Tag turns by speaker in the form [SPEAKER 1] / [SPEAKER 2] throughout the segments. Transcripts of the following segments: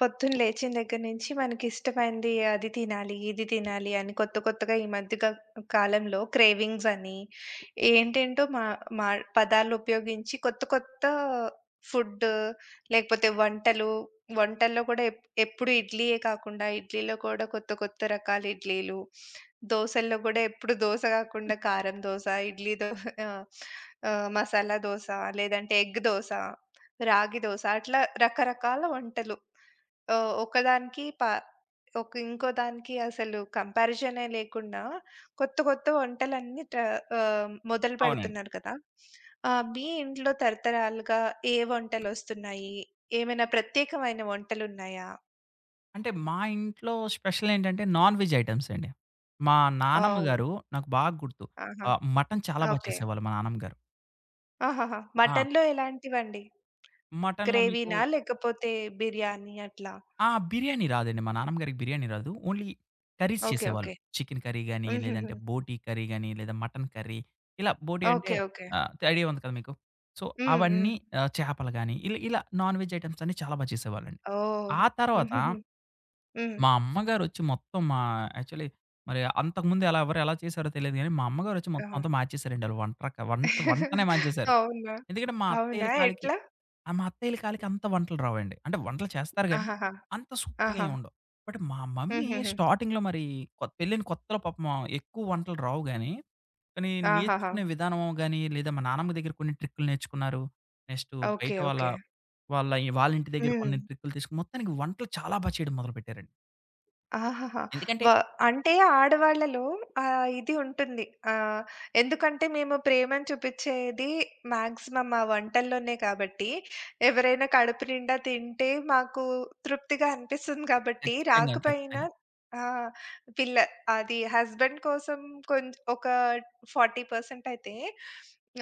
[SPEAKER 1] పొద్దున లేచిన దగ్గర నుంచి మనకిష్టమైంది అది తినాలి, ఇది తినాలి అని కొత్త కొత్తగా ఈ మధ్య కాలంలో క్రేవింగ్స్ అని ఏంటేంటో మా మా పదాలు ఉపయోగించి కొత్త కొత్త ఫుడ్ లేకపోతే వంటలు, వంటల్లో కూడా ఎప్పుడు ఇడ్లీయే కాకుండా ఇడ్లీలో కూడా కొత్త కొత్త రకాల ఇడ్లీలు, దోసల్లో కూడా ఎప్పుడు దోస కాకుండా కారం దోస, ఇడ్లీ దో ఆహ్, ఆహ్, మసాలా దోస, లేదంటే ఎగ్ దోస, రాగి దోస అట్లా రకరకాల వంటలు. ఆహ్, ఒకదానికి పా ఒక ఇంకో దానికి అసలు కంపారిజనే లేకుండా కొత్త కొత్త వంటలన్నీ మొదలు
[SPEAKER 2] అవునండి.
[SPEAKER 1] పెడుతున్నారు కదా! మీ ఇంట్లో తరతరాలుగా ఏ వంటలొస్తున్నాయి? ఏమైనా ప్రత్యేకమైన వంటలున్నాయా?
[SPEAKER 2] అంటే మా ఇంట్లో స్పెషల్ ఏంటంటే నాన్ వెజ్ ఐటెమ్స్ అండి. మా నానమ్మ
[SPEAKER 1] ఓహ్!
[SPEAKER 2] గారు నాకు బాగా గుర్తు.
[SPEAKER 1] ఆహా!
[SPEAKER 2] మటన్ చాలా బా
[SPEAKER 1] ఓకే.
[SPEAKER 2] చేసేవాళ్ళు మా నానమ్మ గారు.
[SPEAKER 1] ఆహాహా!
[SPEAKER 2] ఆ!
[SPEAKER 1] మటన్‌లో ఎలాంటివండి?
[SPEAKER 2] మటన్‌లో మీకు
[SPEAKER 1] గ్రేవీనా? లేకపోతే బిర్యానీ అట్లా?
[SPEAKER 2] ఆ! బిర్యానీ రాదండి. మా నానమ్మ గారికి బిర్యానీ రాదు. Only curries
[SPEAKER 1] okay.
[SPEAKER 2] చేసేవాళ్ళు.
[SPEAKER 1] ఓకే.
[SPEAKER 2] చికెన్ కర్రీ గాని,
[SPEAKER 1] హుహుహు.
[SPEAKER 2] లేదంటే బోటీ కర్రీ గాని, లేదా మటన్ కర్రీ ఇలా బోటీ అంటే
[SPEAKER 1] ఓకే. ఓకే.
[SPEAKER 2] ఐడియా ఉంది కదా మీకు. సో,
[SPEAKER 1] హ్మ్. హ్మ్.
[SPEAKER 2] అవన్నీ చేపలు గాని ఇలా ఇలా నాన్ వెజ్ ఐటెమ్స్ అన్నీ చాలా బా చేసేవాళ్ళండి.
[SPEAKER 1] ఓహ్!
[SPEAKER 2] ఆ తర్వాత
[SPEAKER 1] హుహుహు. హ్మ్.
[SPEAKER 2] మా అమ్మగారొచ్చి మొత్తం మా యాక్చువల్లీ మరి అంతకుముందు ఎలా ఎవరు ఎలా చేశారో తెలీదు గానీ, మా అమ్మగారొచ్చి మొత్తం
[SPEAKER 1] ఆహా!
[SPEAKER 2] అంతా మార్చేసారండి. ఆళ్ళు వంటరక వంట వంటనే మార్చేశారు.
[SPEAKER 1] అవునా?
[SPEAKER 2] ఎందుకంటే మా
[SPEAKER 1] అవునా?
[SPEAKER 2] అత్తయ్యల కాలికి
[SPEAKER 1] ఎట్లా?
[SPEAKER 2] ఆ! మా అత్తయ్యల కాలికి అంత వంటలు రావండి. అంటే వంటలు చేస్తారు గానీ,
[SPEAKER 1] ఆహాహా!
[SPEAKER 2] అంత సూపర్‌గా
[SPEAKER 1] ఆహా!
[SPEAKER 2] ఏమి ఉండవు. బట్ మా మమ్మీ
[SPEAKER 1] హుహుహు.
[SPEAKER 2] స్టార్టింగ్‌లో మరి పెళ్ళైన కొత్తలో పాపం ఎక్కువ వంటలు రావు గానీ, కానీ
[SPEAKER 1] ఆహాహా!
[SPEAKER 2] నేర్చుకునే విధానం గానీ, లేదా మా నానమ్మ దగ్గర కొన్ని ట్రిక్కులు నేర్చుకున్నారు. Next
[SPEAKER 1] okay.
[SPEAKER 2] బయట వాళ్ళ
[SPEAKER 1] ఓకే.
[SPEAKER 2] వాళ్ళ వాళ్ళ ఇంటి దగ్గర
[SPEAKER 1] హ్మ్.
[SPEAKER 2] కొన్ని ట్రిక్కులు తీసుకొని మొత్తానికి వంటలు చాలా బా చేయడం మొదలుపెట్టారండి.
[SPEAKER 1] ఆహాహా! వ
[SPEAKER 2] ఎందుకంటే
[SPEAKER 1] అంటే ఆడవాళ్ళలో ఇది ఉంటుంది. ఆహ్, ఎందుకంటే మేము ప్రేమను చూపిచ్చేది మాక్సిమం మా వంటల్లోనే కాబట్టి, ఎవరైనా కడుపు నిండా తింటే మాకు తృప్తిగా అనిపిస్తుంది కాబట్టి,
[SPEAKER 2] ఖచ్చితంగా.
[SPEAKER 1] రాకపోయినా
[SPEAKER 2] ఖచ్చితంగా.
[SPEAKER 1] ఆ! పిల్ల అది హస్బెండ్ కోసం ఒక 40% అయితే,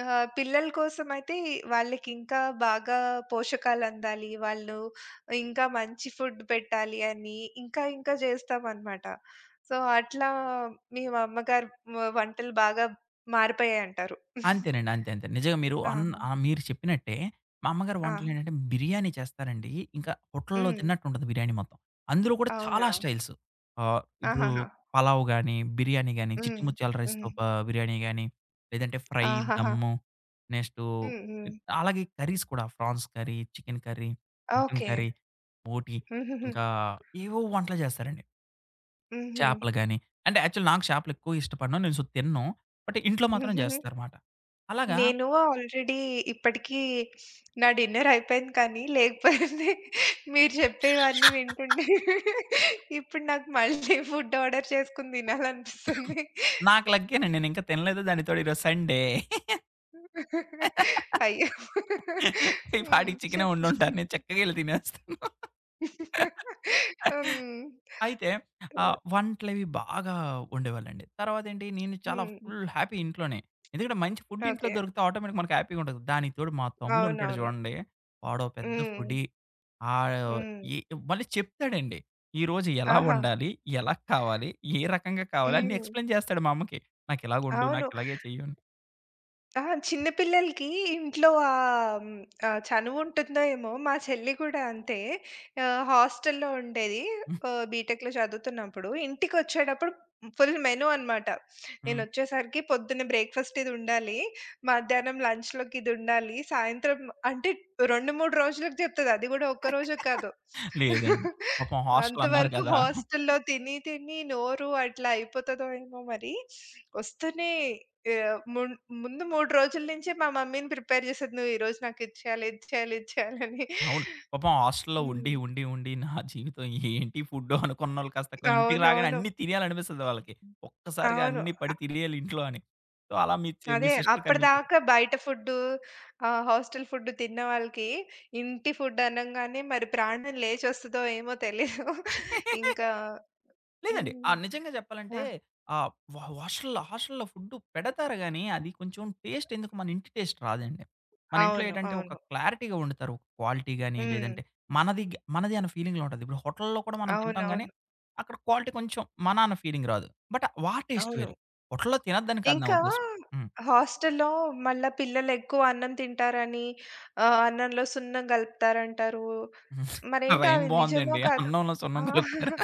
[SPEAKER 1] పిల్లల కోసమయితే వాళ్ళకింకా బాగా పోషకాలందాలి. వాళ్ళు ఇంకా మంచి ఫుడ్ పెట్టాలి అని ఇంకా ఇంకా జేస్తామనమాట. సో, అట్లా మీ అమ్మగారు వంటలు బాగా మారిపోయాయంటారు.
[SPEAKER 2] అంతేనండి. అంతే. అంతే. నిజంగా మీరు
[SPEAKER 1] ఆహా!
[SPEAKER 2] మీరు చెప్పినట్టే మా అమ్మగారు
[SPEAKER 1] ఆ!
[SPEAKER 2] వంటలేంటంటే బిర్యానీ చేస్తారండి. ఇంకా హోటల్‌లో
[SPEAKER 1] హ్మ్.
[SPEAKER 2] తిన్నట్టుంటది బిర్యానీ మొత్తం. అందులో కూడా
[SPEAKER 1] అవునా?
[SPEAKER 2] చాలా స్టైల్స్. ఇప్పుడు
[SPEAKER 1] ఆహాహా!
[SPEAKER 2] పలావ్ గాని, బిర్యానీ గాని, చిట్టి
[SPEAKER 1] హ్మ్.
[SPEAKER 2] ముత్యాల రైస్‌తో
[SPEAKER 1] హ్మ్.
[SPEAKER 2] బిర్యానీ గాని, లేదంటే ఫ్రై,
[SPEAKER 1] ఆహాహా!
[SPEAKER 2] దమ్ము, నెక్స్టు
[SPEAKER 1] హ్మ్. హ్మ్.
[SPEAKER 2] అలాగే కర్రీస్ కూడా prawns curry, chicken curry, mutton
[SPEAKER 1] okay.
[SPEAKER 2] Curry, బోటీ
[SPEAKER 1] హుహుహు.
[SPEAKER 2] ఇంకా ఏవేవో వంటలు చేస్తారండి.
[SPEAKER 1] హుహు.
[SPEAKER 2] చేపలు గాని, అంటే యాక్చువల్లీ నాకు చేపలెక్కువ ఇష్టపడను. నేను సో తినను. బట్ ఇంట్లో మాత్రం
[SPEAKER 1] హుహుహు.
[SPEAKER 2] జేస్తారమాట. అలాగా
[SPEAKER 1] నేను ఆల్రెడీ ఇప్పటికీ నా డిన్నర్ అయిపోయింది కానీ, లేకపోతే మీరు చెప్పేవన్నీ వింటుంటే ఇప్పుడు నాకు మళ్ళీ ఫుడ్ ఆర్డర్ చేసుకొని తినాలనిపిస్తుంది.
[SPEAKER 2] నాకు లక్కేనండి. నేనింకా తినలేదు. దానికి తోడు ఈరోజు సండే.
[SPEAKER 1] అయ్యో!
[SPEAKER 2] ఈ
[SPEAKER 1] హ్మ్.
[SPEAKER 2] పాటికి చికెనే
[SPEAKER 1] చెప్పండి.
[SPEAKER 2] వండుంటారు. నేను చక్కగా ఎళ్లి తినేస్తాను.
[SPEAKER 1] హ్మ్.
[SPEAKER 2] అయితే వంటలవి బాగా వండేవాళ్ళండి. తర్వాతేంటి నేను చాలా
[SPEAKER 1] హ్మ్.
[SPEAKER 2] ఫుల్ హ్యాపీ ఇంట్లోనే. ఎందుకంటే మంచి ఫుడ్ ఇంట్లో
[SPEAKER 1] ఓకే.
[SPEAKER 2] దొరికితే ఆటోమేటిక్‌గా మనకు హ్యాపీగా ఉంటది. దానికి తోడు మా తమ్ముడుంటాడు
[SPEAKER 1] అవునవును.
[SPEAKER 2] చూడండి. వాడో పెద్ద
[SPEAKER 1] హ్మ్.
[SPEAKER 2] ఫుడీ. ఆహ్,
[SPEAKER 1] హ్మ్.
[SPEAKER 2] ఎ మళ్ళీ చెప్తాడండి. ఈరోజు ఎలా
[SPEAKER 1] ఆహా!
[SPEAKER 2] వండాలి? ఎలా కావాలి? ఏ రకంగా కావాలి? అన్నీ
[SPEAKER 1] హ్మ్.
[SPEAKER 2] ఎక్స్‌ప్లెయిన్ చేస్తాడు మా అమ్మకి. నాకిలాగొండు,
[SPEAKER 1] అవును.
[SPEAKER 2] నాకిలాగే చెయ్యు అని.
[SPEAKER 1] అహా! చిన్న పిల్లలకి ఇంట్లో చనువుంటుందో ఏమో! మా చెల్లి కూడా అంతే. హాస్టల్‌లో ఉండేది.
[SPEAKER 2] హ్మ్.
[SPEAKER 1] బీటెక్‌లో చదువుతున్నప్పుడు ఇంటికొచ్చేటప్పుడు ఫుల్ మెను అనమాట.
[SPEAKER 2] హ్మ్.
[SPEAKER 1] నేనొచ్చేసరికి పొద్దున్న బ్రేక్‌ఫాస్ట్ ఇది ఉండాలి. మధ్యాహ్నం లంచ్‌లోకి ఇది ఉండాలి. సాయంత్రం అంటే 2, 3 రోజులకు చెప్తది. అది కూడా ఒక్క రోజు కాదు.
[SPEAKER 2] లేదండి. పాపం హాస్టల్ అన్నారు
[SPEAKER 1] అంతవరకు
[SPEAKER 2] కదా!
[SPEAKER 1] హాస్టల్‌లో తిని తిని నోరు అట్లా అయిపోతదో ఏమో మరి! వస్తూనే యాహ్! ముందు 3 రోజుల నుంచే మా మమ్మీని ప్రిపేర్ చేసేది. నువ్వు ఈరోజు నాకు ఇది చేయాలి, ఇది చేయాలి, ఇది చేయాలని.
[SPEAKER 2] అవును. పాపం హాస్టల్‌లో ఉండి,
[SPEAKER 1] హ్మ్.
[SPEAKER 2] ఉండి, ఉండి నా జీవితం ఏంటి ఫుడ్డు అనుకున్నోళ్ళు కాస్త ఇంటికి రాగానే
[SPEAKER 1] అవునవును.
[SPEAKER 2] అన్నీ తినేయాలనిపిస్తది వాళ్ళకి. ఒక్కసారిగా
[SPEAKER 1] అవును.
[SPEAKER 2] అన్నీ
[SPEAKER 1] అ
[SPEAKER 2] పడి తినేయాలి ఇంట్లో అని. సో, అలా మీ
[SPEAKER 1] అదే
[SPEAKER 2] మీ సిస్టర్ కనిపించడం.
[SPEAKER 1] అప్పటిదాకా బయట ఫుడ్డు, హాస్టల్ ఫుడ్ తిన్న వాళ్ళకి ఇంటి ఫుడ్ అనంగానే మరి ప్రాణం లేచొస్తదో ఏమో తెలీదు. ఇంకా
[SPEAKER 2] లేదండి. ఆ!
[SPEAKER 1] హ్మ్.
[SPEAKER 2] నిజంగా చెప్పాలంటే
[SPEAKER 1] ఆ!
[SPEAKER 2] హాస్టల్‌లో హాస్టల్‌లో ఫుడ్ పెడతారు గానీ, అది కొంచెం టేస్ట్ ఎందుకో మన ఇంటి టేస్ట్ రాదండి. మన ఇంట్లో
[SPEAKER 1] అవును.
[SPEAKER 2] ఏంటంటే ఒక
[SPEAKER 1] అవును.
[SPEAKER 2] క్లారిటీగా వండుతారు. ఒక క్వాలిటీ గాని,
[SPEAKER 1] హ్మ్.
[SPEAKER 2] లేదంటే మనది అన్న ఫీలింగ్‌లో ఉంటది. ఇప్పుడు హోటల్‌లో కూడా మనం తింటాం గానీ,
[SPEAKER 1] అవునవును.
[SPEAKER 2] అక్కడ క్వాలిటీ కొంచెం మన అన్న ఫీలింగ్ రాదు. బట్ టేస్ట్
[SPEAKER 1] అవును.
[SPEAKER 2] వేరు. హోటల్‌లో తినొద్దని కాదు నా
[SPEAKER 1] ఇంకా
[SPEAKER 2] ఉద్దేశ్యం. హ్మ్.
[SPEAKER 1] హాస్టల్‌లో మళ్ళా పిల్లలెక్కువ అన్నం తింటారని, అన్నంలో సున్నం కలుపుతారంటారు. మరేంటో
[SPEAKER 2] రైమ్
[SPEAKER 1] అది నిజమో
[SPEAKER 2] బావుందండి.
[SPEAKER 1] కాదో?
[SPEAKER 2] అన్నంలో సున్నం
[SPEAKER 1] ఆ!
[SPEAKER 2] కలుపుతారు.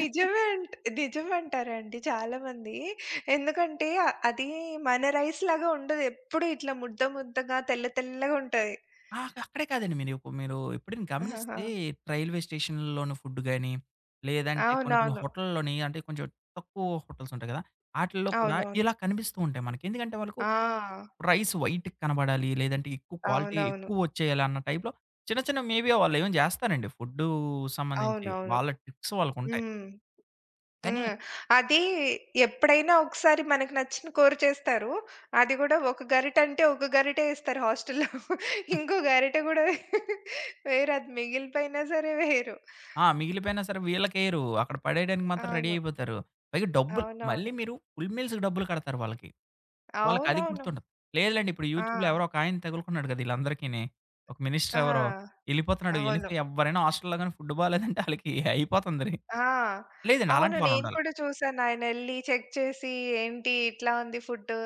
[SPEAKER 1] నిజమే అంట్ నిజమంటారండి చాలామంది. ఎందుకంటే అది మన రైస్ లాగా ఉండదు. ఎప్పుడూ ఇట్లా ముద్ద ముద్దగా, తెల్ల తెల్లగా ఉంటది.
[SPEAKER 2] ఆ! అక్కడే కాదండి. మీరు మీరు ఎప్పుడైనా
[SPEAKER 1] ఆహాహా!
[SPEAKER 2] గమనిస్తే రైల్వే స్టేషన్‌లోని ఫుడ్ గాని, లేదంటే కొన్ని కొన్ని
[SPEAKER 1] అవునవును.
[SPEAKER 2] హోటల్‌లోని అంటే కొంచెం తక్కువ హోటల్స్ ఉంటాయి కదా! ఆటిల్లో కూడా
[SPEAKER 1] అవునవును.
[SPEAKER 2] ఇలా కనిపిస్తూ ఉంటాయి మనకి. ఎందుకంటే వాళ్ళకు
[SPEAKER 1] ఆ!
[SPEAKER 2] రైస్ వైట్‌గా కనబడాలి, లేదంటే ఎక్కువ క్వాలిటీ
[SPEAKER 1] అవునవును.
[SPEAKER 2] ఎక్కువ వచ్చేయాలి అన్న టైప్‌లో చిన్న చిన్న మేబీ వాళ్ళేమో చేస్తారండి ఫుడ్డు సంబంధించి.
[SPEAKER 1] అవునవును.
[SPEAKER 2] వాళ్ళ ట్రిక్స్ వాళ్ళకుంటాయి.
[SPEAKER 1] హ్మ్.
[SPEAKER 2] కానీ
[SPEAKER 1] హ్మ్. అది ఎప్పుడైనా ఒకసారి మనకు నచ్చిన కూర చేస్తారు. అది గూడా ఒక గరిటంటే ఒక గరిటే ఇస్తారు హాస్టల్‌లో. ఇంకో గరిటె గూడా వేయరు. అది మిగిలిపోయినా సరే వేయరు.
[SPEAKER 2] ఆ! మిగిలిపోయినా సరే వీళ్ళకేయరు. అక్కడ పడేయడానికి మాత్రం రెడీ
[SPEAKER 1] అవును.
[SPEAKER 2] అయిపోతారు. పైగా డబ్బులు
[SPEAKER 1] అవునవును.
[SPEAKER 2] మళ్ళీ మీరు ఫుల్ మీల్స్‌కి డబ్బులు కడతారు వాళ్ళకి. వాళ్ళకది
[SPEAKER 1] అవునవును.
[SPEAKER 2] గుర్తుండదు. లేదులెండి ఇప్పుడు
[SPEAKER 1] ఆ!
[SPEAKER 2] యూట్యూబ్‌లో ఎవరో ఒక ఆయన తగులుకున్నాడు కదా! ఈళ్ళందరికిని. ఒక మినిస్టర్
[SPEAKER 1] ఆ!
[SPEAKER 2] ఎవరో ఎళ్ళిపోతున్నాడు.
[SPEAKER 1] అవును.
[SPEAKER 2] ఎళ్ళిపోయి ఎవ్వరైనా హాస్టల్‌లో గాని ఫుడ్ బాలేదంటే ఆళ్ళకి అయిపోతందిరి.
[SPEAKER 1] ఆ!
[SPEAKER 2] లేదండి
[SPEAKER 1] అవును.
[SPEAKER 2] అలాంటి
[SPEAKER 1] నేను
[SPEAKER 2] వాళ్ళుండాలి.
[SPEAKER 1] కూడా చూసాను. ఆయనెళ్లి చెక్ చేసి, "ఏంటి ఇట్లా ఉంది ఫుడ్డు.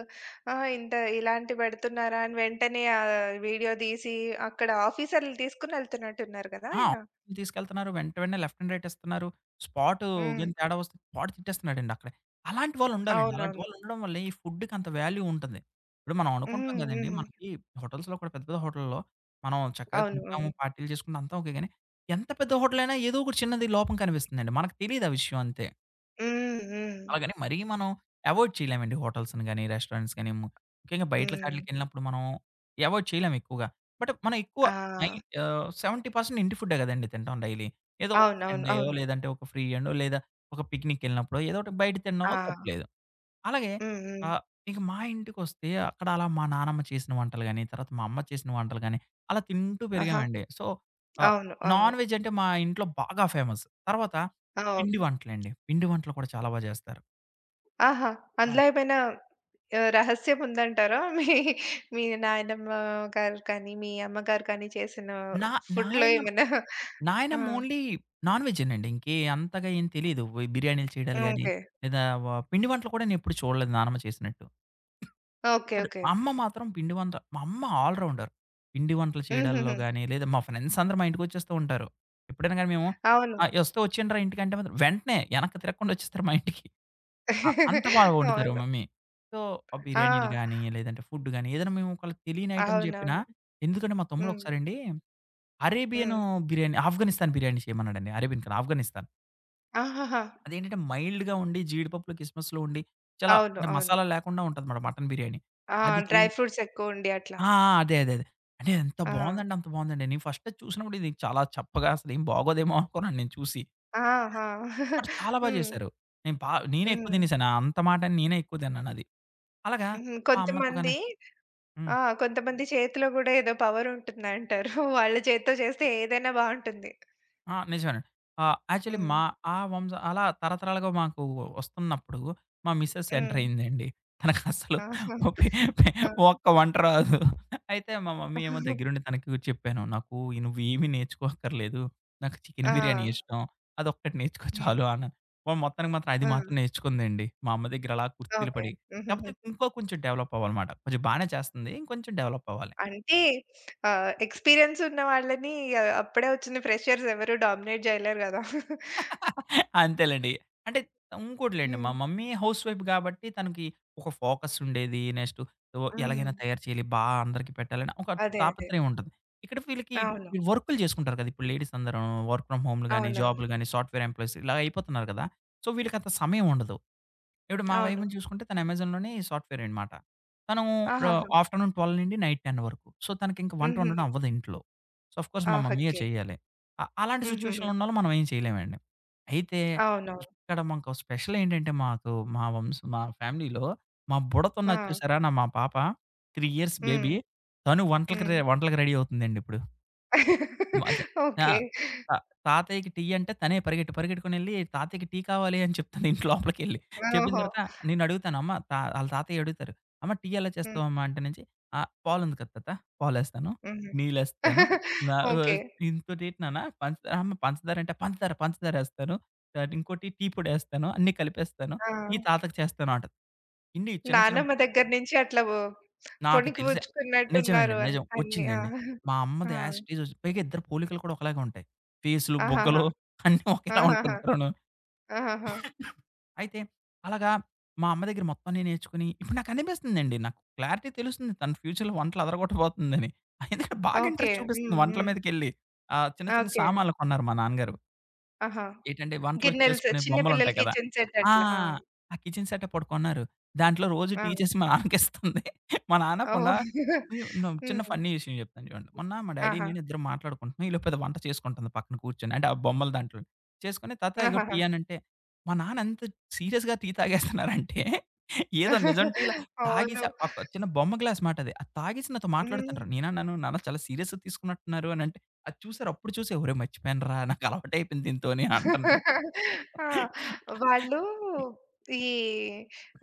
[SPEAKER 1] ఆహా! ఇంత ఇలాంటి పెడుతున్నారా?" అని వెంటనే వీడియో తీసి అక్కడ ఆఫీసర్‌లు తీసుకొని ఎళ్తున్నట్టున్నారు గదా
[SPEAKER 2] ఆ!
[SPEAKER 1] ఆయన.
[SPEAKER 2] తీసుకెళ్తున్నారు. వెంటనే లెఫ్ట్ అండ్ రైట్ ఇస్తున్నారు. స్పాటు
[SPEAKER 1] హ్మ్.
[SPEAKER 2] గాని తేడా వస్తే స్పాట్ తిట్టేస్తున్నాడండి అక్కడే. అలాంటి వాళ్ళుండాలండి. అలాంటి
[SPEAKER 1] అవునవును.
[SPEAKER 2] వాళ్ళుండడం వల్లే ఈ ఫుడ్‌కి అంత వాల్యూ ఉంటుంది. ఇప్పుడు మనం అనుకుంటాం
[SPEAKER 1] హ్మ్.
[SPEAKER 2] గదండీ!
[SPEAKER 1] హ్మ్.
[SPEAKER 2] మనకి హోటల్స్‌లో కూడా పెద్ద పెద్ద హోటల్‌లో మనం చక్కగా
[SPEAKER 1] అవును. అవును.
[SPEAKER 2] తింటాము, పార్టీలు చేసుకుంటాం అంతా ఓకే గాని ఎంత పెద్ద హోటల్ అయినా ఏదో ఒకటి చిన్నది లోపం కనిపిస్తుందండి. మనకు తెలీదు ఆ విషయం అంతే.
[SPEAKER 1] హ్మ్. హ్మ్.
[SPEAKER 2] అలాగని మరీ మనం అవాయిడ్ చేయలేమండి హోటల్స్‌ని గాని, రెస్టారెంట్స్ గాని, ముఖ్యంగా బయటల హ్మ్.
[SPEAKER 1] హ్మ్.
[SPEAKER 2] ఆటిలకెళ్ళినప్పుడు మనం అవాయిడ్ చేయలేం ఎక్కువగా. బట్ మనం ఎక్కువ నై
[SPEAKER 1] ఆ!
[SPEAKER 2] 70% ఇంటి ఫుడ్డే గదండీ తింటాం డైలీ. ఏదో ఒక
[SPEAKER 1] అవునవును.
[SPEAKER 2] సండేయో,
[SPEAKER 1] అవును.
[SPEAKER 2] లేదంటే ఒక ఫ్రీ అండో, లేదా ఒక పిక్నిక్‌కెళ్ళినప్పుడో ఏదో ఒకటి బయట
[SPEAKER 1] ఆ!
[SPEAKER 2] తినడంలో తప్పులేదు. అలాగే
[SPEAKER 1] హ్మ్. హ్మ్.
[SPEAKER 2] ఆహ్, ఇక మా ఇంటికొస్తే అక్కడ అలా మా నానమ్మ చేసిన వంటలు గాని, తర్వాత మా అమ్మ చేసిన వంటలు గాని, అలా తింటూ
[SPEAKER 1] ఆహా!
[SPEAKER 2] పెరిగామండి. సో, ఆహ్,
[SPEAKER 1] అవును. అవును.
[SPEAKER 2] నాన్ వెజ్ అంటే మా ఇంట్లో బాగా ఫేమస్. తర్వాత పిండి
[SPEAKER 1] అవును.
[SPEAKER 2] వంటలండి. పిండి వంటలు కూడా చాలా బా చేస్తారు.
[SPEAKER 1] ఆహా!
[SPEAKER 2] ఆ!
[SPEAKER 1] అందులో ఏమైనా రహస్యం ఉందంటారా? మీ మీ నాయనమ్మ గారు కానీ, మీ అమ్మగారు కానీ చేసిన
[SPEAKER 2] నా
[SPEAKER 1] ఫుడ్‌లో
[SPEAKER 2] నాయన
[SPEAKER 1] ఏమైనా? ఆ!
[SPEAKER 2] నాయనమ్మ ఓన్లీ నాన్ వెజ్జేనండి. ఇంకే అంతగా ఏం తెలీదు. బిర్యానీలు చేయడాలు గాని,
[SPEAKER 1] ఓకే.
[SPEAKER 2] లేదా పిండి వంటలు కూడా నేనెప్పుడు చూడలేదు నానమ్మ చేసినట్టు.
[SPEAKER 1] ఓకే.
[SPEAKER 2] కానీ
[SPEAKER 1] ఓకే.
[SPEAKER 2] అమ్మ మాత్రం పిండి వంట మా అమ్మ ఆల్ రౌండర్. పిండి వంటలు చేయడాల్లో
[SPEAKER 1] హుహుహు.
[SPEAKER 2] గాని, లేదా మా ఫ్రెండ్స్ అందరూ మా ఇంటికొచ్చేస్తూ ఉంటారు. ఎప్పుడైనా గాని మేము
[SPEAKER 1] అవును.
[SPEAKER 2] "ఆ! వస్తే వచ్చేయండిరా ఇంటికంటే" మాత్రం వెంటనే వెనక్కి తిరగకుండా వచ్చేస్తారు మా ఇంటికి. అంత బాగా వండుతారు మా
[SPEAKER 1] అవును.
[SPEAKER 2] మమ్మీ. సో, ఆ బిర్యానీలు
[SPEAKER 1] ఆ!
[SPEAKER 2] గాని, లేదంటే ఫుడ్ గాని, ఏదైనా మేము ఒకళ్ళకి తెలియని ఐటెమ్ చెప్పినా
[SPEAKER 1] అవునవును.
[SPEAKER 2] ఎందుకంటే మా తమ్ముడు
[SPEAKER 1] హ్మ్.
[SPEAKER 2] ఒకసారండి అరేబియను
[SPEAKER 1] హ్మ్.
[SPEAKER 2] బిర్యానీ, ఆఫ్ఘనిస్తాన్ బిర్యానీ చేయమన్నాడండి. అరేబియన్ కాదు ఆఫ్ఘనిస్తాన్.
[SPEAKER 1] ఆహాహా!
[SPEAKER 2] అదేంటంటే మైల్డ్‌గా ఉండి, జీడిపప్పులు, కిస్‌మిస్‌లు ఉండి, చాలా
[SPEAKER 1] అవును.
[SPEAKER 2] అంటే
[SPEAKER 1] అవును.
[SPEAKER 2] మసాలా లేకుండా ఉంటదన్నమాట మటన్ బిర్యానీ.
[SPEAKER 1] ఆ!
[SPEAKER 2] అది
[SPEAKER 1] డ్రై
[SPEAKER 2] చేయిం
[SPEAKER 1] ఫ్రూట్స్ ఎక్కువండి అట్లా.
[SPEAKER 2] ఆ! ఆ! అదే. అంటే ఎంత
[SPEAKER 1] ఆ!
[SPEAKER 2] బావుందంటే అంత బావుందండి. నేను ఫస్ట్ అది చూసినప్పుడు ఇది చాలా చప్పగా అసలేం బాగోదేమో అనుకున్నాను నేను చూసి.
[SPEAKER 1] ఆ! ఆ!
[SPEAKER 2] బట్ చాలా బా
[SPEAKER 1] హ్మ్.
[SPEAKER 2] చేశారు. నేను బా నేనే ఎక్కువ
[SPEAKER 1] హ్మ్.
[SPEAKER 2] తినేసాను. అంత మాటని నేనే ఎక్కువ తిన్నానది. అలాగా
[SPEAKER 1] హ్మ్.
[SPEAKER 2] మా అమ్మతో గాని
[SPEAKER 1] కొంతమంది
[SPEAKER 2] హ్మ్.
[SPEAKER 1] ఆ! కొంతమంది చేతిలో గూడా ఏదో పవర్ ఉంటుందంటారు. వాళ్ళ చేత్తో చేస్తే ఏదైనా బావుంటుంది.
[SPEAKER 2] ఆ! నిజమేనండి. యాక్చువల్లీ
[SPEAKER 1] హ్మ్.
[SPEAKER 2] మా ఆ వంశ అలా తరతరాలుగా మాకు వస్తున్నప్పుడు మా మిసెస్
[SPEAKER 1] హ్మ్.
[SPEAKER 2] ఎంటర్ అయిందండి. తనకసలు
[SPEAKER 1] ఆహా!
[SPEAKER 2] పె పె
[SPEAKER 1] ఆ!
[SPEAKER 2] ఒక్క వంట రాదు. అయితే మా మమ్మీ ఏమో దగ్గరుండి తనకి చెప్పాను. "నాకు నువ్వు ఏమి నేర్చుకోక్కర్లేదు. నాకు చికెన్
[SPEAKER 1] ఆ!
[SPEAKER 2] బిర్యానీ ఇష్టం. అదొక్కటి నేర్చుకో
[SPEAKER 1] హ్మ్.
[SPEAKER 2] చాలు" అన్నాను. వాడు మొత్తానికి మాత్రం అది
[SPEAKER 1] ఆ!
[SPEAKER 2] మాత్రం నేర్చుకుందండి. మా అమ్మ దగ్గర అలా కుర్చీలు
[SPEAKER 1] ఓకే.
[SPEAKER 2] పడి.
[SPEAKER 1] హుహుహు.
[SPEAKER 2] కాకపోతే ఇంకో కొంచెం డెవలప్ అవ్వాలమాట. కొంచెం బానే చేస్తుంది. ఇంకొంచెం డెవలప్ అవ్వాలి.
[SPEAKER 1] అంటే ఎక్స్‌పీరియన్స్ ఉన్న వాళ్ళని అప్పుడే వచ్చిన ఫ్రెషర్స్ ఎవరు డామినేట్ జేయలేరు గదా!
[SPEAKER 2] అంతేలెండి. అంటే ఇంకోటిలెండి మా
[SPEAKER 1] హ్మ్.
[SPEAKER 2] మమ్మీ హౌస్ వైఫ్ గాబట్టి తనకి ఒక ఫోకస్ ఉండేది. నెక్స్ట్ ఓ
[SPEAKER 1] హ్మ్.
[SPEAKER 2] ఎలాగైనా తయారు చేయాలి, బా అందరికి పెట్టాలని ఒక
[SPEAKER 1] అదే. అదే.
[SPEAKER 2] తాపత్రయం ఉంటది. ఇక్కడ వీళ్ళకి
[SPEAKER 1] అవును.
[SPEAKER 2] వర్కులు చేసుకుంటారు కదా! ఇప్పుడు లేడీస్ అందరూ వర్క్ ఫ్రమ్ హోమ్‌లు గాని,
[SPEAKER 1] అవునవును.
[SPEAKER 2] జాబ్‌లు గాని, సాఫ్ట్‌వేర్ ఎంప్లాయీస్ ఇలా అయిపోతున్నారు కదా! సో, వీళ్ళకంత సమయం ఉండదు. ఇప్పుడు మా
[SPEAKER 1] అవును.
[SPEAKER 2] వైఫ్‌ని చూసుకుంటే తను అమెజాన్‌లోనే సాఫ్ట్‌వేర్ అనమాట. తను ర
[SPEAKER 1] ఆహాహా!
[SPEAKER 2] ఆఫ్టర్‌నూన్ 12 నుండి నైట్ 10 వరకు. సో, తనకింక వంట వండడం
[SPEAKER 1] హుహుహు.
[SPEAKER 2] అవ్వదు ఇంట్లో. సో, ఆఫ్‌కోర్స్
[SPEAKER 1] ఆ!
[SPEAKER 2] మా మమ్మీయే
[SPEAKER 1] హక్కే.
[SPEAKER 2] చేయాలి. అలాంటి
[SPEAKER 1] హుహుహు.
[SPEAKER 2] సిట్యుయేషన్‌లో ఉన్నోళ్ళని మనం ఏం చేయలేమండి. అయితే
[SPEAKER 1] అవునవును.
[SPEAKER 2] ఇక్కడ మాకు స్పెషల్ ఏంటంటే మాకు మా ఫ్యామిలీలో మా
[SPEAKER 1] ఆ!
[SPEAKER 2] బుడతున్నది చూసారా! మా పాప 3 ఇయర్స్
[SPEAKER 1] హ్మ్.
[SPEAKER 2] బేబీ తను
[SPEAKER 1] హ్మ్.
[SPEAKER 2] వంటలకి రెడీ అవుతుందండి ఇప్పుడు. అదే ఆ!
[SPEAKER 1] ఓకే.
[SPEAKER 2] త తాతయ్యకి టీ అంటే తనే పరిగెట్టుకొనెళ్ళి తాతయ్యకి టీ కావాలి అని చెప్తాను ఇంటి లోపలికెళ్ళి. చెప్పిన
[SPEAKER 1] ఓహో!
[SPEAKER 2] తర్వాత నేనడుగుతాను అమ్మ తా ఆళ్ళ తాతయ్య అడుగుతారు. అమ్మ టీ ఎలా
[SPEAKER 1] హ్మ్.
[SPEAKER 2] చేస్తావమ్మా అంటే నుంచి పాలుంది కదా పాలేస్తాను,
[SPEAKER 1] హుహు.
[SPEAKER 2] నీళ్ళేస్తాను, నా
[SPEAKER 1] ఓకే.
[SPEAKER 2] ఆహ్, ఇంకోటేటి నాన్న పంచదార అమ్మ పంచదార అంటే పంచదారేస్తాను. ఇంకోటి టీ పొడేస్తాను, అన్నీ కలిపేస్తాను,
[SPEAKER 1] ఆ!
[SPEAKER 2] టీ తాతకి చేస్తాను అంటది. ఇన్ని చిన్న చిన్న
[SPEAKER 1] నానమ్మ దగ్గర నుంచి అట్లా
[SPEAKER 2] నాకు
[SPEAKER 1] పొణికి
[SPEAKER 2] తెలిసి నిజమండి.
[SPEAKER 1] పుచ్చుకున్నట్టున్నారు
[SPEAKER 2] నిజం.
[SPEAKER 1] అన్ని. ఆ!
[SPEAKER 2] వచ్చిందండి. మా
[SPEAKER 1] ఆ!
[SPEAKER 2] అమ్మది యాజ్ ఇట్ ఈజ్ ఒచ్చి పైగా ఇద్దరి పోలికలు కూడా ఒకలాగే ఉంటాయి. ఫేసులు,
[SPEAKER 1] ఆహాహా!
[SPEAKER 2] బుగ్గలు అన్నీ ఒకేలా ఉంటాయి
[SPEAKER 1] ఆహాహా!
[SPEAKER 2] ఇద్దరును.
[SPEAKER 1] ఆహాహా!
[SPEAKER 2] అయితే అలాగా మా అమ్మ దగ్గర మొత్తం అన్నీ నేర్చుకొని ఇప్పుడు నాకనిపిస్తుందండి. నాకు క్లారిటీ తెలుస్తుంది. తను ఫ్యూచర్‌లో వంటలు అదరగొట్టబోతుందని. ఎందుకంటే బాగా
[SPEAKER 1] ఓకే.
[SPEAKER 2] ఇంట్రెస్ట్ చూపిస్తుంది
[SPEAKER 1] హ్మ్.
[SPEAKER 2] వంటల
[SPEAKER 1] హ్మ్.
[SPEAKER 2] మీదకెళ్ళి. చిన్న చిన్న
[SPEAKER 1] ఓకే.
[SPEAKER 2] సామాన్లు కొన్నారు మా నాన్నగారు.
[SPEAKER 1] ఆహా!
[SPEAKER 2] ఏటంటే వంటలొచ్చి
[SPEAKER 1] గిన్నెలు సె
[SPEAKER 2] చేసుకునే
[SPEAKER 1] చిన్న పిల్లల
[SPEAKER 2] బొమ్మలుంటాయి కదా!
[SPEAKER 1] కిచెన్ సెట్
[SPEAKER 2] ఆ!
[SPEAKER 1] అట్లా. ఆ!
[SPEAKER 2] ఆ కిచెన్ సెటప్ ఒకటి కొన్నారు. దాంట్లో రోజు
[SPEAKER 1] ఆ!
[SPEAKER 2] టీ చేసి మా నాన్నకిస్తుంది. మా నాన్న మొన్న
[SPEAKER 1] ఓహ్! హ్మ్.
[SPEAKER 2] నేను చిన్న ఫన్నీ విషయం చెప్తాను చూడండి. మొన్న మా డ్యాడీ
[SPEAKER 1] ఆహా!
[SPEAKER 2] నేను ఇద్దరం మాట్లాడుకుంటున్నాం. ఈ లోపు ఏదో వంట చేసుకుంటుంది పక్కన కూర్చొని. అంటే ఆ బొమ్మల దాంట్లో. చేసుకొని "తాత ఇగో
[SPEAKER 1] ఆహాహా!
[SPEAKER 2] టీ" అనంటే, మా నాన్న ఎంత సీరియస్‌గా టీ తాగేస్తున్నారంటే, ఏదో నిజం టీలా
[SPEAKER 1] అవును.
[SPEAKER 2] తాగేసి ఒక చిన్న బొమ్మ గ్లాస్ మాట అది. అది తాగేసి నాతో
[SPEAKER 1] హ్మ్.
[SPEAKER 2] మాట్లాడుతుంటారు. నేనన్నాను, "నాన్న చాలా సీరియస్‌గా తీసుకున్నట్టున్నారు" అనంటే అది చూసారు. అప్పుడు చూసి ఒరేయ్! మర్చిపోయానురా నాకలవాటయిపోయింది దీనితోని అంటుండ్రు.
[SPEAKER 1] ఆ! వాళ్ళు ఈ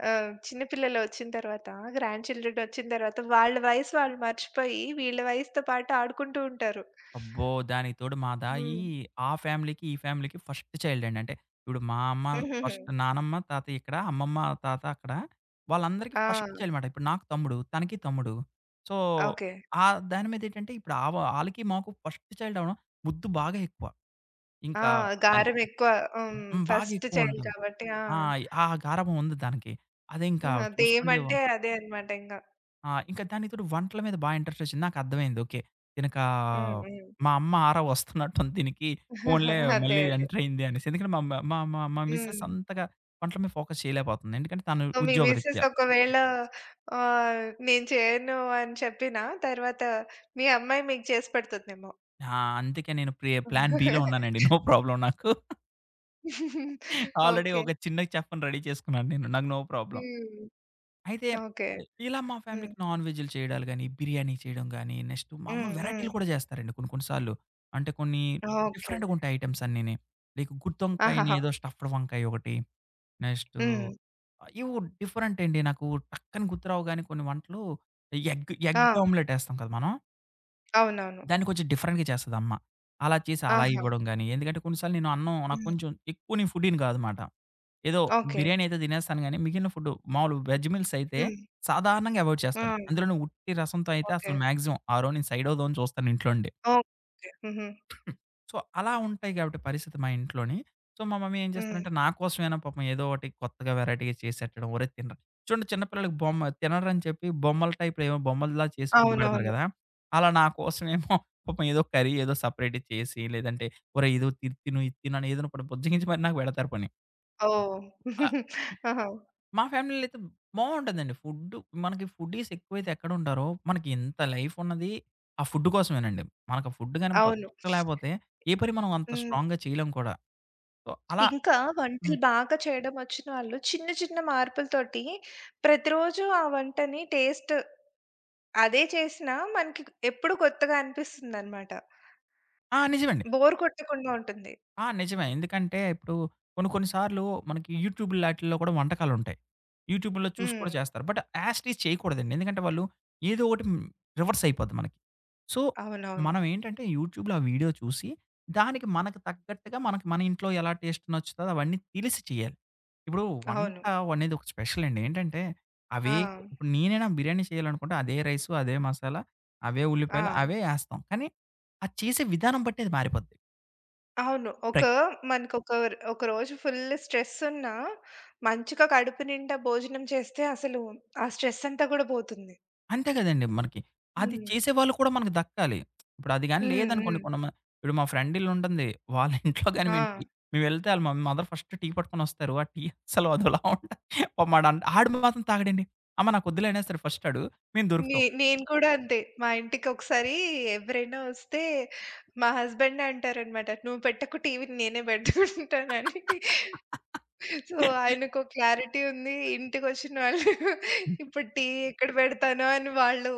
[SPEAKER 1] చిన్న పిల్లలొచ్చిన తర్వాత, గ్రాండ్ చిల్డ్రన్ వచ్చిన తర్వాత వాళ్ళ వయసు వాళ్ళు మర్చిపోయి, వీళ్ళ వయసుతో పాటు ఆడుకుంటూ ఉంటారు.
[SPEAKER 2] అబ్బో! దానికి తోడు మాదాయి
[SPEAKER 1] హ్మ్.
[SPEAKER 2] ఆ ఫ్యామిలీకి, ఈ ఫ్యామిలీకి ఫస్ట్ చైల్డ్ అండి. అంటే ఇప్పుడు మా అమ్మ
[SPEAKER 1] హుహుహు.
[SPEAKER 2] ఫస్ట్ నానమ్మ, తాతయ్య ఇక్కడ. అమ్మమ్మ, తాత అక్కడ. వాళ్ళందరికీ
[SPEAKER 1] ఆ!
[SPEAKER 2] ఫస్ట్ చైల్డ్ మాట. ఇప్పుడు నాకు తమ్ముడు, తనకి తమ్ముడు. So,
[SPEAKER 1] okay.
[SPEAKER 2] ఆ దాని మీదేంటంటే ఇప్పుడు ఆళ్ళకి మాకు ఫస్ట్ చైల్డ్ అవ్వడం ముద్దు బాగా ఎక్కువ.
[SPEAKER 1] ఆ!
[SPEAKER 2] ఇంకా అన్
[SPEAKER 1] గారం ఎక్కువ. హ్మ్.
[SPEAKER 2] హ్మ్. బాగా
[SPEAKER 1] ఫస్ట్ చైల్డ్
[SPEAKER 2] ఎక్కువుంటుంది.
[SPEAKER 1] కాబట్టి. ఆ!
[SPEAKER 2] ఆ! ఆ గారాబం ఉంది దానికి.
[SPEAKER 1] ఆ!
[SPEAKER 2] అదింకా చూసుకోండి వ
[SPEAKER 1] అదేమంటే అదే అన్నమాట ఇంగ.
[SPEAKER 2] ఆ! ఇంకా దానికి తోడు వంటల మీద బా ఇంట్రెస్ట్ ఒచ్చింది. నాకర్థమైంది. ఓకే. దీనికా
[SPEAKER 1] హ్మ్. హ్మ్.
[SPEAKER 2] మా అమ్మ ఆరా వస్తున్నట్టుంది దీనికి. పోన్లే
[SPEAKER 1] అదే.
[SPEAKER 2] మళ్ళీ
[SPEAKER 1] అదే.
[SPEAKER 2] ఎంటర్ అయింది అనేసి. ఎందుకంటే మా మ మా మా మా మిసెస్
[SPEAKER 1] హ్మ్.
[SPEAKER 2] అంతగా వంటల మీద ఫోకస్ చేయలేకపోతుంది. ఎందుకంటే తను
[SPEAKER 1] మీ మిసెస్
[SPEAKER 2] ఉద్యోగరీత్యా.
[SPEAKER 1] ఒకవేళ నేను చేయను అని చెప్పినా, తర్వాత మీ అమ్మాయి మీకు చేసి పెడుతుందేమో.
[SPEAKER 2] ఆ! అందుకే నేను ప్లాన్ బిలో ఉన్నానండి. నో ప్రాబ్లమ్ నాకు. Already
[SPEAKER 1] okay.
[SPEAKER 2] ఒక చిన్న చెఫ్‌ని రెడీ చేసుకున్నాను నేను. నాకు నో ప్రాబ్లమ్.
[SPEAKER 1] హ్మ్.
[SPEAKER 2] అయితే
[SPEAKER 1] ఓకే.
[SPEAKER 2] ఇలా మా
[SPEAKER 1] హ్మ్.
[SPEAKER 2] ఫ్యామిలీకి నాన్ వెజ్‌లు చేయడాలు గాని, బిర్యానీ చేయడం గాని, నెక్స్ట్ మా అమ్మ
[SPEAKER 1] హ్మ్. హ్మ్.
[SPEAKER 2] వెరైటీలు కూడా చేస్తారండి కొన్ని కొన్ని సార్లు. అంటే కొన్ని
[SPEAKER 1] ఓకే.
[SPEAKER 2] డిఫరెంట్‌గా ఉంటాయి ఐటెమ్స్ అన్నీని. లైక్ గుత్తొంకాయని
[SPEAKER 1] ఆహాహా!
[SPEAKER 2] ఏదో స్టఫ్డ్ వంకాయ ఒకటి, నెక్స్ట్
[SPEAKER 1] హ్మ్.
[SPEAKER 2] ఇవి డిఫరెంట్ అండి. నాకు టక్కని గుర్తురావు గాని కొన్ని వంటలు ఎగ్ ఎగ్
[SPEAKER 1] ఆ!
[SPEAKER 2] ఆమ్లెట్ ఏస్తాం కదా మనం.
[SPEAKER 1] అవునవును.
[SPEAKER 2] దాన్ని కొంచెం డిఫరెంట్‌గా చేస్తదమ్మ. అలా చేసి అలా
[SPEAKER 1] ఆహా!
[SPEAKER 2] ఇవ్వడం గాని, ఎందుకంటే కొన్ని సార్లు నేను అన్నం నాకు
[SPEAKER 1] హ్మ్.
[SPEAKER 2] కొంచెం ఎక్కువ నేను ఫుడ్డీని కాదనమాట. ఏదో
[SPEAKER 1] ఓకే.
[SPEAKER 2] బిర్యానీ అయితే తినేస్తాను గానీ, మిగిలిన ఫుడ్డు మామూలు వెజ్ మీల్స్ అయితే
[SPEAKER 1] హ్మ్.
[SPEAKER 2] సాధారణంగా అవాయిడ్
[SPEAKER 1] ఆ!
[SPEAKER 2] చేస్తాను. అందులోను ఉట్టి రసంతో అయితే
[SPEAKER 1] ఓకే.
[SPEAKER 2] అసలు మాక్సిమం ఆ రోజు నేను సైడ్ అవుదామని చూస్తాను ఇంట్లో నుండి.
[SPEAKER 1] ఓకే. హుహు.
[SPEAKER 2] సో, అలా ఉంటాయి గాబట్టి పరిస్థితి మా ఇంట్లోని. సో, మా మమ్మీ ఏం
[SPEAKER 1] హ్మ్.
[SPEAKER 2] చేస్తారంటే నా కోసమైనా పాపం ఏదో ఒకటి కొత్తగా వెరైటీగా చేసెట్టడం. ఒరేయ్! తినరా చూడండి చిన్న పిల్లలకి బొమ్మ తినరని చెప్పి బొమ్మల టైప్‌లో ఏమో బొమ్మల్లా చేసి ఫుడ్ పెడతారు
[SPEAKER 1] అవునవును.
[SPEAKER 2] గదా! అలా నా కోసమేమో పాపం ఏదో కర్రీ ఏదో సెపరేట్‌గా చేసి, లేదంటే ఒరేయ్! ఇదో తిను, ఇది తిను అని ఏదోనొకటి బుజ్జగించి మరి నాకు పెడతారు పోనీ.
[SPEAKER 1] ఓహ్!
[SPEAKER 2] అలా
[SPEAKER 1] ఆహా!
[SPEAKER 2] మా ఫ్యామిలీలో అయితే బావుంటదండి. ఫుడ్డు మనకి ఫుడ్డీస్ ఎక్కువైతే ఎక్కడుంటారో, మనకి ఇంత లైఫ్ ఉన్నది ఆ ఫుడ్ కోసమేనండి. మనకు ఆ ఫుడ్ గాని
[SPEAKER 1] అవును.
[SPEAKER 2] దొరకలేపోతే, ఏ పని మనం అంత
[SPEAKER 1] హ్మ్.
[SPEAKER 2] స్ట్రాంగ్‌గా చేయలేం కూడా. సో, అలా
[SPEAKER 1] ఇంకా వంటలు
[SPEAKER 2] హ్మ్.
[SPEAKER 1] బాగా చేయడం వచ్చిన వాళ్ళు చిన్న చిన్న మార్పులతోటి ప్రతిరోజు ఆ వంటని టేస్ట్ అదే చేసినా మనకి ఎప్పుడు కొత్తగా అనిపిస్తుందనమాట.
[SPEAKER 2] ఆ! నిజమండి.
[SPEAKER 1] బోర్ కొట్టకుండా ఉంటుంది.
[SPEAKER 2] ఆ! నిజమే. ఎందుకంటే ఇప్పుడు కొన్ని కొన్ని సార్లు మనకి యూట్యూబ్ లాటిల్లో కూడా వంటకాలుంటాయి. యూట్యూబ్‌లో చూసి
[SPEAKER 1] హ్మ్.
[SPEAKER 2] కూడా చేస్తారు. బట్ యాస్ ఇట్ ఈజ్ చేయకూడదండి. ఎందుకంటే వాళ్ళు ఏదో ఒకటి రివర్స్ అయిపోద్ది మనకి. సో,
[SPEAKER 1] అవునవును.
[SPEAKER 2] మనం ఏంటంటే యూట్యూబ్‌లో ఆ వీడియో చూసి దానికి మనకు తగ్గట్టుగా మనకి మన ఇంట్లో ఎలా టేస్ట్ నచ్చుతదో అవన్నీ తెలిసి చేయాలి. ఇప్పుడు వంట
[SPEAKER 1] అవును.
[SPEAKER 2] అనేది ఒక స్పెషల్ అండి. ఏంటంటే
[SPEAKER 1] ఆ!
[SPEAKER 2] అవే ఇప్పుడు నేనైనా బిర్యానీ చేయాలనుకుంటే అదే రైసు, అదే మసాలా, అవే ఉల్లిపాయలు,
[SPEAKER 1] ఆ!
[SPEAKER 2] అవే ఏస్తాం. కానీ అది చేసే విధానం బట్టి అది మారిపోద్ది.
[SPEAKER 1] అవును.
[SPEAKER 2] ప్ర
[SPEAKER 1] ఒక మనకొక ర్ ఒక రోజు ఫుల్ స్ట్రెస్ ఉన్నా మంచిగా కడుపు నిండా భోజనం చేస్తే అసలు ఆ స్ట్రెస్ అంతా గూడా పోతుంది.
[SPEAKER 2] అంతే కదండీ మనకి. అది
[SPEAKER 1] హ్మ్.
[SPEAKER 2] చేసేవాళ్ళు కూడా మనకు దక్కాలి. ఇప్పుడు అది గాని
[SPEAKER 1] హ్మ్.
[SPEAKER 2] లేదనుకోండి
[SPEAKER 1] హ్మ్.
[SPEAKER 2] కొంతమంది ఇప్పుడు మా ఫ్రెండ్ ఇల్లుంటుంది. వాళ్ళ ఇంట్లో గాని
[SPEAKER 1] ఆ!
[SPEAKER 2] మేము టీ మేమెళ్తే ఆళ్ళ మదర్ ఫస్ట్ టీ పట్టుకొనొస్తారు. ఆ టీ అస్సలు అదోలా ఉంటది. పాపం ఆడంట ఆడు మాత్రం తాగడండి. అమ్మ నాకొద్దులే అనేస్తాడు ఫస్ట్ ఆడు. మేము
[SPEAKER 1] నే
[SPEAKER 2] దొరుకుతాం.
[SPEAKER 1] నేను కూడా అంతే. మా ఇంటికొకసారి ఎవరైనా వస్తే, మా హస్బెండే అంటారనమాట. "నువ్వు పెట్టకు టీవీ నేనే పెట్టుకుంటానని." సో, ఆయనకో క్లారిటీ ఉంది. ఇంటికొచ్చిన వాళ్ళు ఇప్పుడు టీవీ ఎక్కడ పెడతానో అని వాళ్ళు,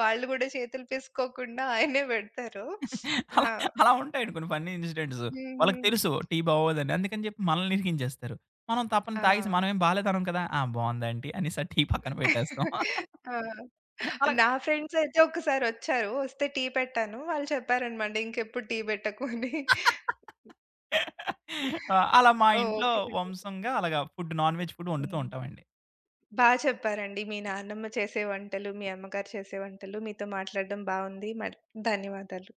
[SPEAKER 1] గూడా చేతులు పీసుకోకుండా ఆయనే పెడతారు.
[SPEAKER 2] అలా
[SPEAKER 1] ఆ!
[SPEAKER 2] అలా ఉంటాయండి కొన్ని ఫన్నీ ఇన్సిడెంట్స్.
[SPEAKER 1] హ్మ్.
[SPEAKER 2] వాళ్ళకి
[SPEAKER 1] హ్మ్.
[SPEAKER 2] తెలుసు టీ బాగోదని. అందుకని చెప్పి మనల్ని ఇరికించేస్తారు. మనం తప్పని
[SPEAKER 1] ఆ!
[SPEAKER 2] తాగేసి మనమేం బాలేదనం కదా! ఆ! బావుంది ఆంటీ అనేసి ఆ టీ పక్కన పెట్టేస్తాం.
[SPEAKER 1] ఆ!
[SPEAKER 2] అలాగ
[SPEAKER 1] నా ఫ్రెండ్స్ అయితే ఒక్కసారొచ్చారు. వస్తే టీ పెట్టాను. వాళ్ళు చెప్పారనమాట, "ఇంకెప్పుడు టీ పెట్టకు" అని.
[SPEAKER 2] ఆ! అలా మా ఇంట్లో
[SPEAKER 1] ఓకే.
[SPEAKER 2] వంశంగా అలాగా ఫుడ్ నాన్ వెజ్ ఫుడ్ వండుతూ
[SPEAKER 1] హ్మ్.
[SPEAKER 2] ఉంటామండి.
[SPEAKER 1] బా చెప్పారండి. మీ నాన్నమ్మ చేసే వంటలు, మీ అమ్మగారు చేసే వంటలు మీతో మాట్లాడడం బావుంది. మరి ధన్యవాదాలు.